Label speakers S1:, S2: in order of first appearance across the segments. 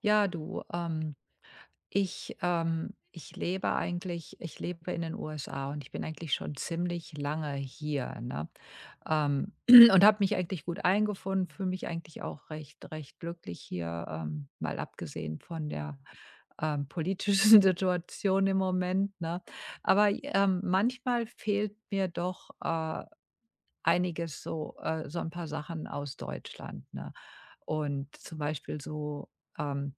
S1: Ja, du, ähm, ich lebe eigentlich ich lebe in den USA und ich bin eigentlich schon ziemlich lange hier, ne? Und habe mich eigentlich gut eingefunden, fühle mich eigentlich auch recht glücklich hier, mal abgesehen von der politischen Situation im Moment, ne? Aber manchmal fehlt mir doch einiges so so ein paar Sachen aus Deutschland, ne? Und zum Beispiel so, ähm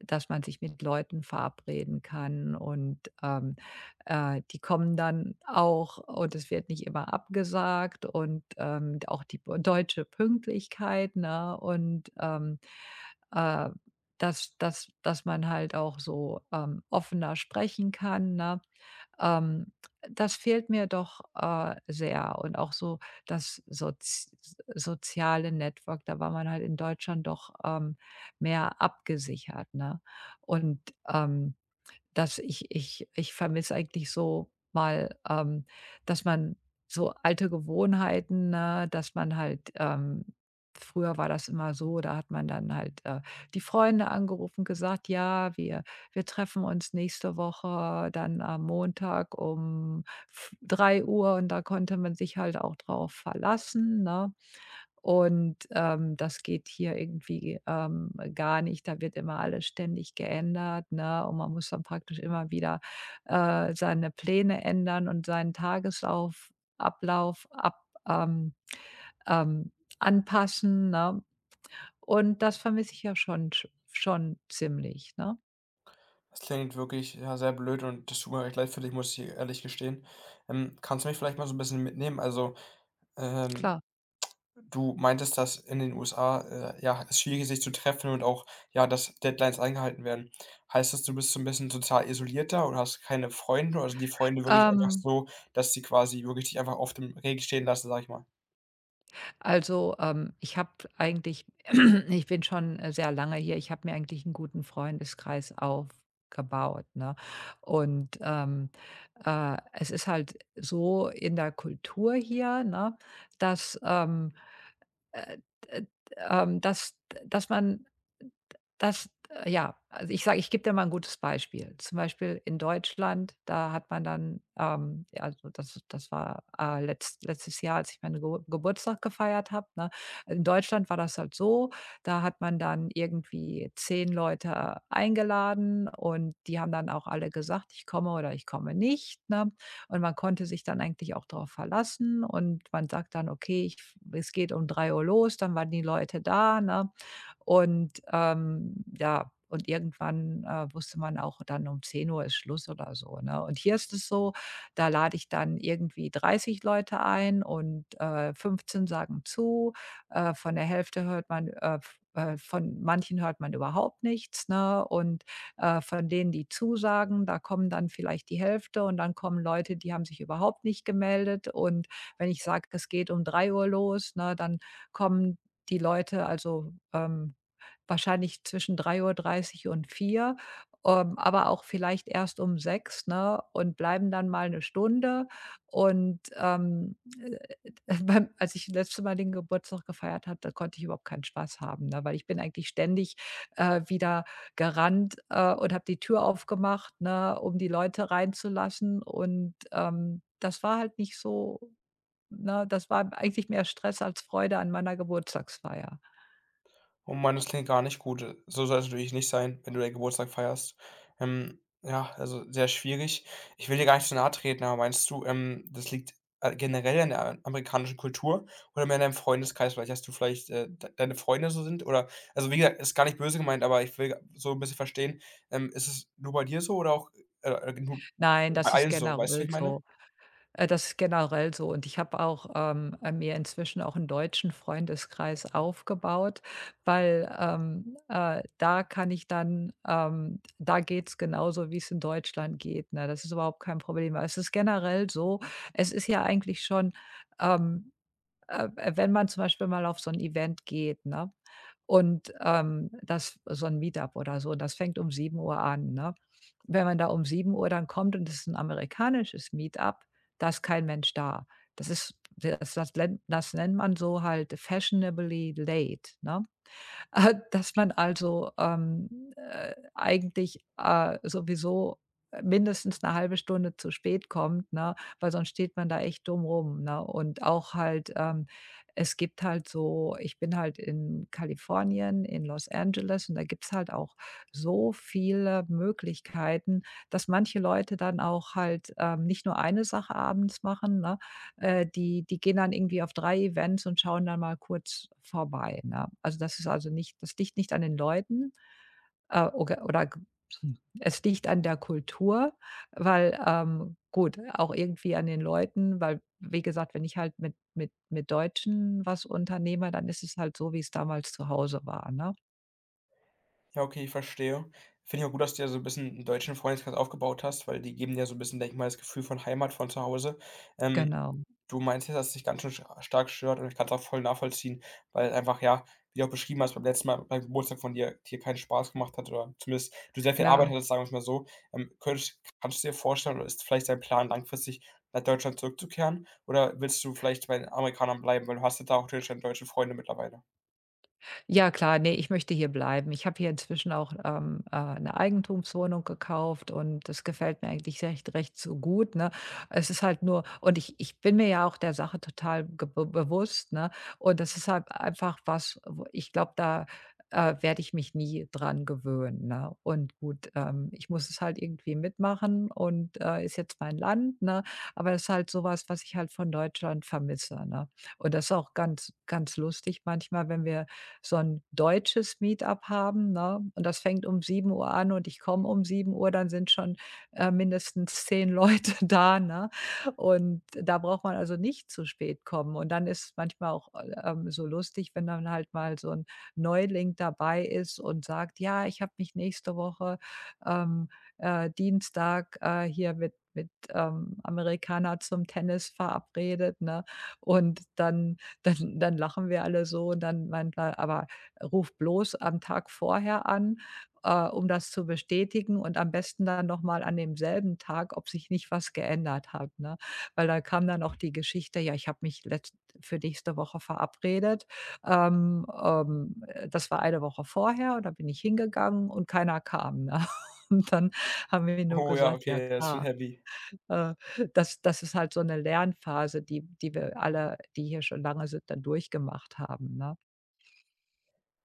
S1: dass man sich mit Leuten verabreden kann und die kommen dann auch und es wird nicht immer abgesagt, und auch die b deutsche Pünktlichkeit, ne, und, äh, dass man halt auch so offener sprechen kann, ne? Ähm, Das fehlt mir doch sehr und auch so das soziale Network. Da war man halt in Deutschland doch mehr abgesichert, ne? Und, ähm dass ich ich ich vermisse eigentlich so mal dass man so alte Gewohnheiten, ne, früher war das immer so, da hat man dann halt die Freunde angerufen, gesagt: „Ja, wir treffen uns nächste Woche dann am Montag um f drei Uhr“, und da konnte man sich halt auch drauf verlassen, ne? Das geht hier irgendwie gar nicht. Da wird immer alles ständig geändert, ne? Und man muss dann praktisch immer wieder seine Pläne ändern und seinen Tagesauf Ablauf ab ähm, ähm, anpassen, ne? Und das vermisse ich ja schon ziemlich, ne?
S2: Das klingt wirklich, ja, sehr blöd und das tut mir echt leid für dich, muss ich ehrlich gestehen. Kannst du mich vielleicht mal so ein bisschen mitnehmen? Also, ähm,
S1: Klar.
S2: du meintest, dass in den USA, ja, es schwierig ist, sich zu treffen und auch, ja, dass Deadlines eingehalten werden. Heißt das, du bist so ein bisschen sozial isolierter da und hast keine Freunde? Also, die Freunde wirklich einfach
S1: Ähm
S2: so, dass sie quasi wirklich dich einfach auf dem Regen stehen lassen, sage ich mal?
S1: Ich habe eigentlich ich bin schon sehr lange hier. Ich habe mir eigentlich einen guten Freundeskreis aufgebaut, ne? Und es ist halt so in der Kultur hier, ne, dass, äh, d dass dass man dass ja, also ich gebe dir mal ein gutes Beispiel. Zum Beispiel in Deutschland, da hat man dann ja, also das war letztes Jahr, als ich meinen Geburtstag gefeiert habe, ne? In Deutschland war das halt so, da hat man dann irgendwie 10 Leute eingeladen und die haben dann auch alle gesagt: „Ich komme“ oder „Ich komme nicht“, ne? Und man konnte sich dann eigentlich auch darauf verlassen und man sagt dann: „Okay, ich f es geht um drei Uhr los“, dann waren die Leute da, ne? Und irgendwann wusste man auch dann, um zehn Uhr ist Schluss oder so, ne? Und hier ist es so, da lade ich dann irgendwie 30 Leute ein und 15 sagen zu. Von der Hälfte hört man, f von manchen hört man überhaupt nichts, ne? Und von denen, die zusagen, da kommen dann vielleicht die Hälfte, und dann kommen Leute, die haben sich überhaupt nicht gemeldet. Und wenn ich sage, es geht um 3 Uhr los, ne, dann kommen die Leute, wahrscheinlich zwischen drei Uhr dreißig und vier aber auch vielleicht erst um 6, ne, und bleiben dann mal eine Stunde. Und, ähm, äh, beim als ich das letzte Mal den Geburtstag gefeiert habe, da konnte ich überhaupt keinen Spaß haben, ne, weil ich bin eigentlich ständig wieder gerannt, und habe die Tür aufgemacht, ne, um die Leute reinzulassen, und das war halt nicht so. Ne, das war eigentlich mehr Stress als Freude an meiner Geburtstagsfeier.
S2: Oh Mann, das klingt gar nicht gut. So so es natürlich nicht sein, wenn du deinen Geburtstag feierst. Ja, also sehr schwierig. Ich will dir gar nicht zu nahe treten, aber meinst du, das liegt, generell an der a amerikanischen Kultur oder mehr in deinem Freundeskreis? Vielleicht hast du vielleicht, d deine Freunde so sind oder also, wie gesagt, ist gar nicht böse gemeint, aber ich will so ein bisschen verstehen, ist es nur bei dir so oder auch, nur
S1: Nein,
S2: bei
S1: das ist
S2: allen so? Weißt du, wie
S1: generell
S2: ich meine?
S1: so. Das ist generell so, und ich habe auch mir inzwischen auch einen deutschen Freundeskreis aufgebaut, weil da kann ich dann da geht's genauso, wie es in Deutschland geht, ne? Das ist überhaupt kein Problem. Aber es ist generell so, es ist ja eigentlich schon, ähm äh, wenn man zum Beispiel mal auf so ein Event geht, ne? Das so ein Meetup oder so, das fängt um sieben Uhr an, ne? Wenn man da um sieben Uhr dann kommt und es ist ein amerikanisches Meetup, da ist kein Mensch da. Das ist das nennt man so halt fashionably late, ne? Dass man also eigentlich sowieso, mindestens eine halbe Stunde zu spät kommt, ne, weil sonst steht man da echt dumm rum, ne? Und auch halt, es gibt halt so, ich bin halt in Kalifornien, in Los Angeles, und da gibt's halt auch so viele Möglichkeiten, dass manche Leute dann auch halt nicht nur eine Sache abends machen, ne, die gehen dann irgendwie auf 3 Events und schauen dann mal kurz vorbei, ne? Also, das liegt nicht an den Leuten, oge oder g es liegt an der Kultur, weil gut, auch irgendwie an den Leuten, weil, wie gesagt, wenn ich halt mit mit Deutschen was unternehme, dann ist es halt so, wie es damals zu Hause war, ne?
S2: Ja, okay, ich verstehe. Finde ich auch gut, dass du ja so ein bisschen 'n deutschen Freundeskreis aufgebaut hast, weil die geben dir so ein bisschen, denke ich mal, das Gefühl von Heimat, von zu Hause. Ähm,
S1: Genau.
S2: Du meinst ja, dass es dich ganz schön stark stört und ich kann's auch voll nachvollziehen, weil einfach, ja, wie du auch beschrieben hast beim letzten Mal beim Geburtstag von dir, dir keinen Spaß gemacht hat oder zumindest du sehr viel Arbeit
S1: Ja.
S2: hattest, sagen wir's mal so. Könntest Kannst du dir vorstellen oder ist vielleicht dein Plan, langfristig nach Deutschland zurückzukehren oder willst du vielleicht bei den Amerikanern bleiben, weil du hast ja da auch theoretisch dann deutsche Freunde mittlerweile?
S1: Ja klar, ne, ich möchte hier bleiben. Ich habe hier inzwischen auch 'ne Eigentumswohnung gekauft, und das gefällt mir eigentlich recht so gut, ne? Es ist halt nur, und ich bin mir ja auch der Sache total ge be bewusst, ne? Und das ist halt einfach was, wo ich glaube, da werde ich mich nie dran gewöhnen, ne? Und gut, ich muss es halt irgendwie mitmachen und ist jetzt mein Land, ne? Aber es ist halt sowas, was ich halt von Deutschland vermisse, ne? Und das ist auch ganz lustig manchmal, wenn wir so ein deutsches Meetup haben, ne? Und das fängt um sieben Uhr an und ich komme um sieben Uhr, dann sind schon mindestens 10 Leute da, ne? Und da braucht man also nicht zu spät kommen. Und dann ist manchmal auch so lustig, wenn dann halt mal so ein Neuling dabei ist und sagt: „Ja, ich habe mich nächste Woche, ähm, Dienstag, hier mit mit Amerikaner zum Tennis verabredet“, ne? Und dann lachen wir alle so, und dann meint er: „Aber ruf bloß am Tag vorher an, um das zu bestätigen, und am besten dann noch mal an demselben Tag, ob sich nicht was geändert hat“, ne? Weil da kam dann auch die Geschichte: „Ja, ich habe mich letzt für nächste Woche verabredet. Das war eine Woche vorher, und da bin ich hingegangen und keiner kam“, ne? Und dann haben wir nur
S2: Oh ja,
S1: gesagt: „Ja,
S2: okay, das ist schon
S1: klar.“
S2: heavy.
S1: äh, Das ist halt so eine Lernphase, die wir alle, die hier schon lange sind, dann durchgemacht haben, ne?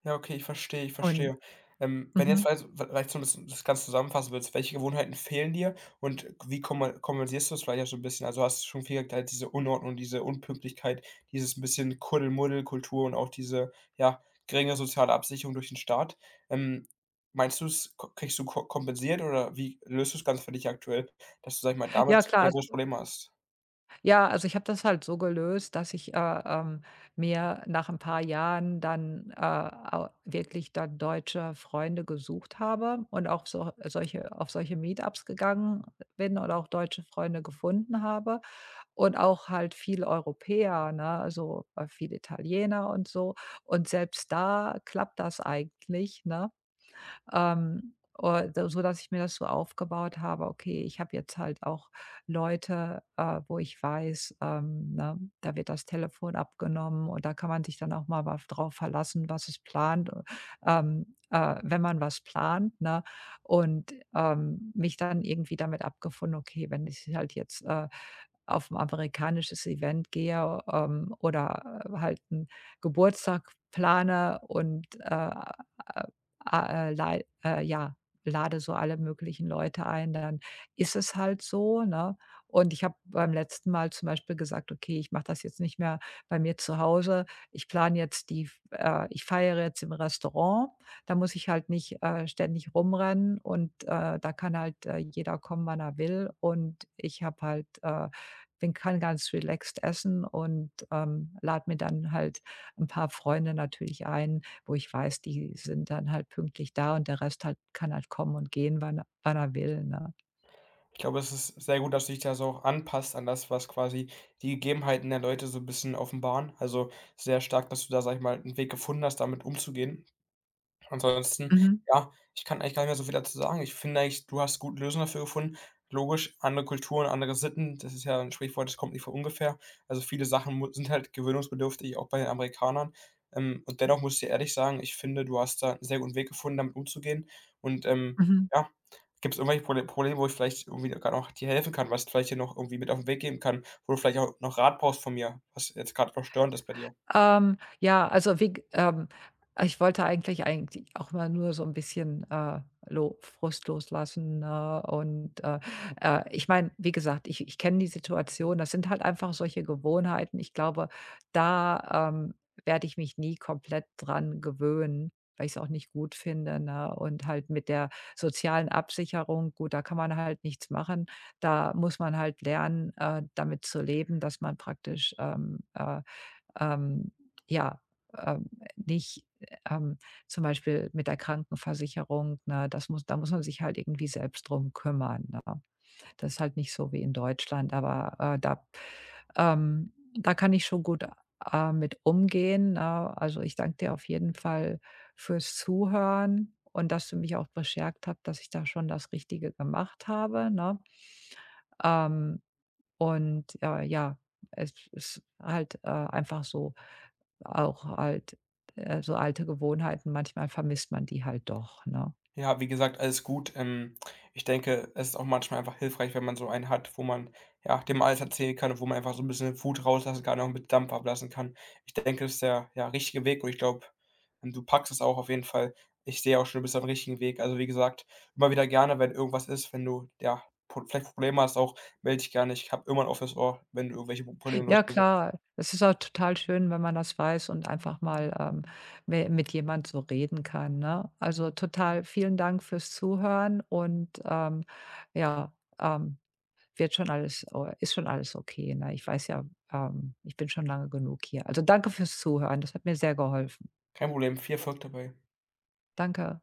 S2: Ja, okay, ich verstehe, ich
S1: Und
S2: verstehe. Wenn jetzt
S1: mhm.
S2: weiß vielleicht so 'n bisschen das Ganze zusammenfassen würdest, welche Gewohnheiten fehlen dir und wie kommen kompensierst du das vielleicht auch so 'n bisschen? Also, hast du schon viel halt diese Unordnung, diese Unpünktlichkeit, dieses 'n bisschen Kuddelmuddel-Kultur und auch diese, ja, geringe soziale Absicherung durch den Staat. Ähm, Meinst du, k kriegst du ko kompensiert oder wie löst du das Ganze für dich aktuell, dass du, sage ich mal,
S1: Ja
S2: damit
S1: klar,
S2: keine großen
S1: also
S2: Probleme hast?
S1: ja, also ich habe das halt so gelöst, dass ich mir nach ein paar Jahren dann au wirklich dann deutsche Freunde gesucht habe und auch so solche Meetups gegangen bin und auch deutsche Freunde gefunden habe, und auch halt viel Europäer, ne, also viel Italiener und so. Und selbst da klappt das eigentlich, ne? Ähm, da Sodass ich mir das so aufgebaut habe: „Okay, ich habe jetzt halt auch Leute, wo ich weiß, ne, da wird das Telefon abgenommen und da kann man sich dann auch mal wa drauf verlassen, wenn man was plant“, ne? Und mich dann irgendwie damit abgefunden: „Okay, wenn ich halt jetzt auf ein amerikanisches Event gehe, oder halt einen Geburtstag plane und, äh, lei äh, ja, lade so alle möglichen Leute ein, dann ist es halt so, ne?“ Und ich habe beim letzten Mal zum Beispiel gesagt: „Okay, ich mache das jetzt nicht mehr bei mir zu Hause. Ich plane jetzt die ich feiere jetzt im Restaurant. Da muss ich halt nicht ständig rumrennen, und da kann halt jeder kommen, wann er will, und ich habe halt bin kann ganz relaxed essen und lade mir dann halt ein paar Freunde natürlich ein, wo ich weiß, die sind dann halt pünktlich da, und der Rest halt kann halt kommen und gehen, wann er will, ne?“
S2: Ich glaube, es ist sehr gut, dass du dich da so auch anpasst an das, was quasi die Gegebenheiten der Leute so 'n bisschen offenbaren. Also, sehr stark, dass du da, sage ich mal, einen Weg gefunden hast, damit umzugehen. Ansonsten,
S1: Mhm,
S2: ja, ich kann eigentlich gar nicht mehr so viel dazu sagen. Ich finde eigentlich, du hast gute Lösungen dafür gefunden. Logisch, andere Kulturen, andere Sitten, das ist ja ein Sprichwort, das kommt nicht von ungefähr. Also, viele Sachen mu sind halt gewöhnungsbedürftig, auch bei den Amerikanern. Und dennoch muss ich dir ehrlich sagen, ich finde, du hast da einen sehr guten Weg gefunden, damit umzugehen. Und,
S1: mhm.
S2: ja, gibt es irgendwelche Prole Probleme, wo ich vielleicht irgendwie grad noch dir helfen kann, was ich vielleicht dir noch irgendwie mit auf den Weg geben kann, wo du vielleicht auch noch Rat brauchst von mir, was jetzt gerade noch störend ist bei dir?
S1: Ja, also, wie g ich wollte eigentlich auch mal nur so ein bisschen, lo Frust loslassen, ne? Und ich meine, wie gesagt, ich kenne die Situation. Das sind halt einfach solche Gewohnheiten. Ich glaube, da werde ich mich nie komplett dran gewöhnen, weil ich es auch nicht gut finde, ne? Und halt mit der sozialen Absicherung, gut, da kann man halt nichts machen. Da muss man halt lernen, damit zu leben, dass man praktisch, ähm, ja, ähm, nicht, ähm, zum Beispiel mit der Krankenversicherung, ne, das muss da muss man sich halt irgendwie selbst drum kümmern, ne? Das ist halt nicht so wie in Deutschland, aber da kann ich schon gut, mit umgehen, ne? Also, ich danke dir auf jeden Fall fürs Zuhören und dass du mich auch bestärkt hast, dass ich da schon das Richtige gemacht habe, ne? Ähm und ja, es ist halt einfach so, auch halt, so alte Gewohnheiten, manchmal vermisst man die halt doch, ne?
S2: Ja, wie gesagt, alles gut. Ich denke, es ist auch manchmal einfach hilfreich, wenn man so einen hat, wo man, ja, dem alles erzählen kann und wo man einfach so ein bisschen Wut rauslassen kann, auch mit Dampf ablassen kann. Ich denke, das ist der, ja, richtige Weg und ich glaube, du packst es auch auf jeden Fall. Ich sehe auch schon, du bist auf 'm richtigen Weg. Also, wie gesagt, immer wieder gerne, wenn irgendwas ist, wenn du, ja, Pro vielleicht Probleme hast auch, melde dich gerne. Ich habe immer 'n offenes Ohr, wenn du irgendwelche Probleme lösen
S1: Ja
S2: willst.
S1: klar, es ist auch total schön, wenn man das weiß und einfach mal mi mit jemand so reden kann, ne? Also, total vielen Dank fürs Zuhören und, ja, ähm, wird schon alles o ist schon alles okay, ne? Ich weiß ja, ich bin schon lange genug hier. Also, danke fürs Zuhören, das hat mir sehr geholfen.
S2: Kein Problem, viel Erfolg dabei.
S1: Danke.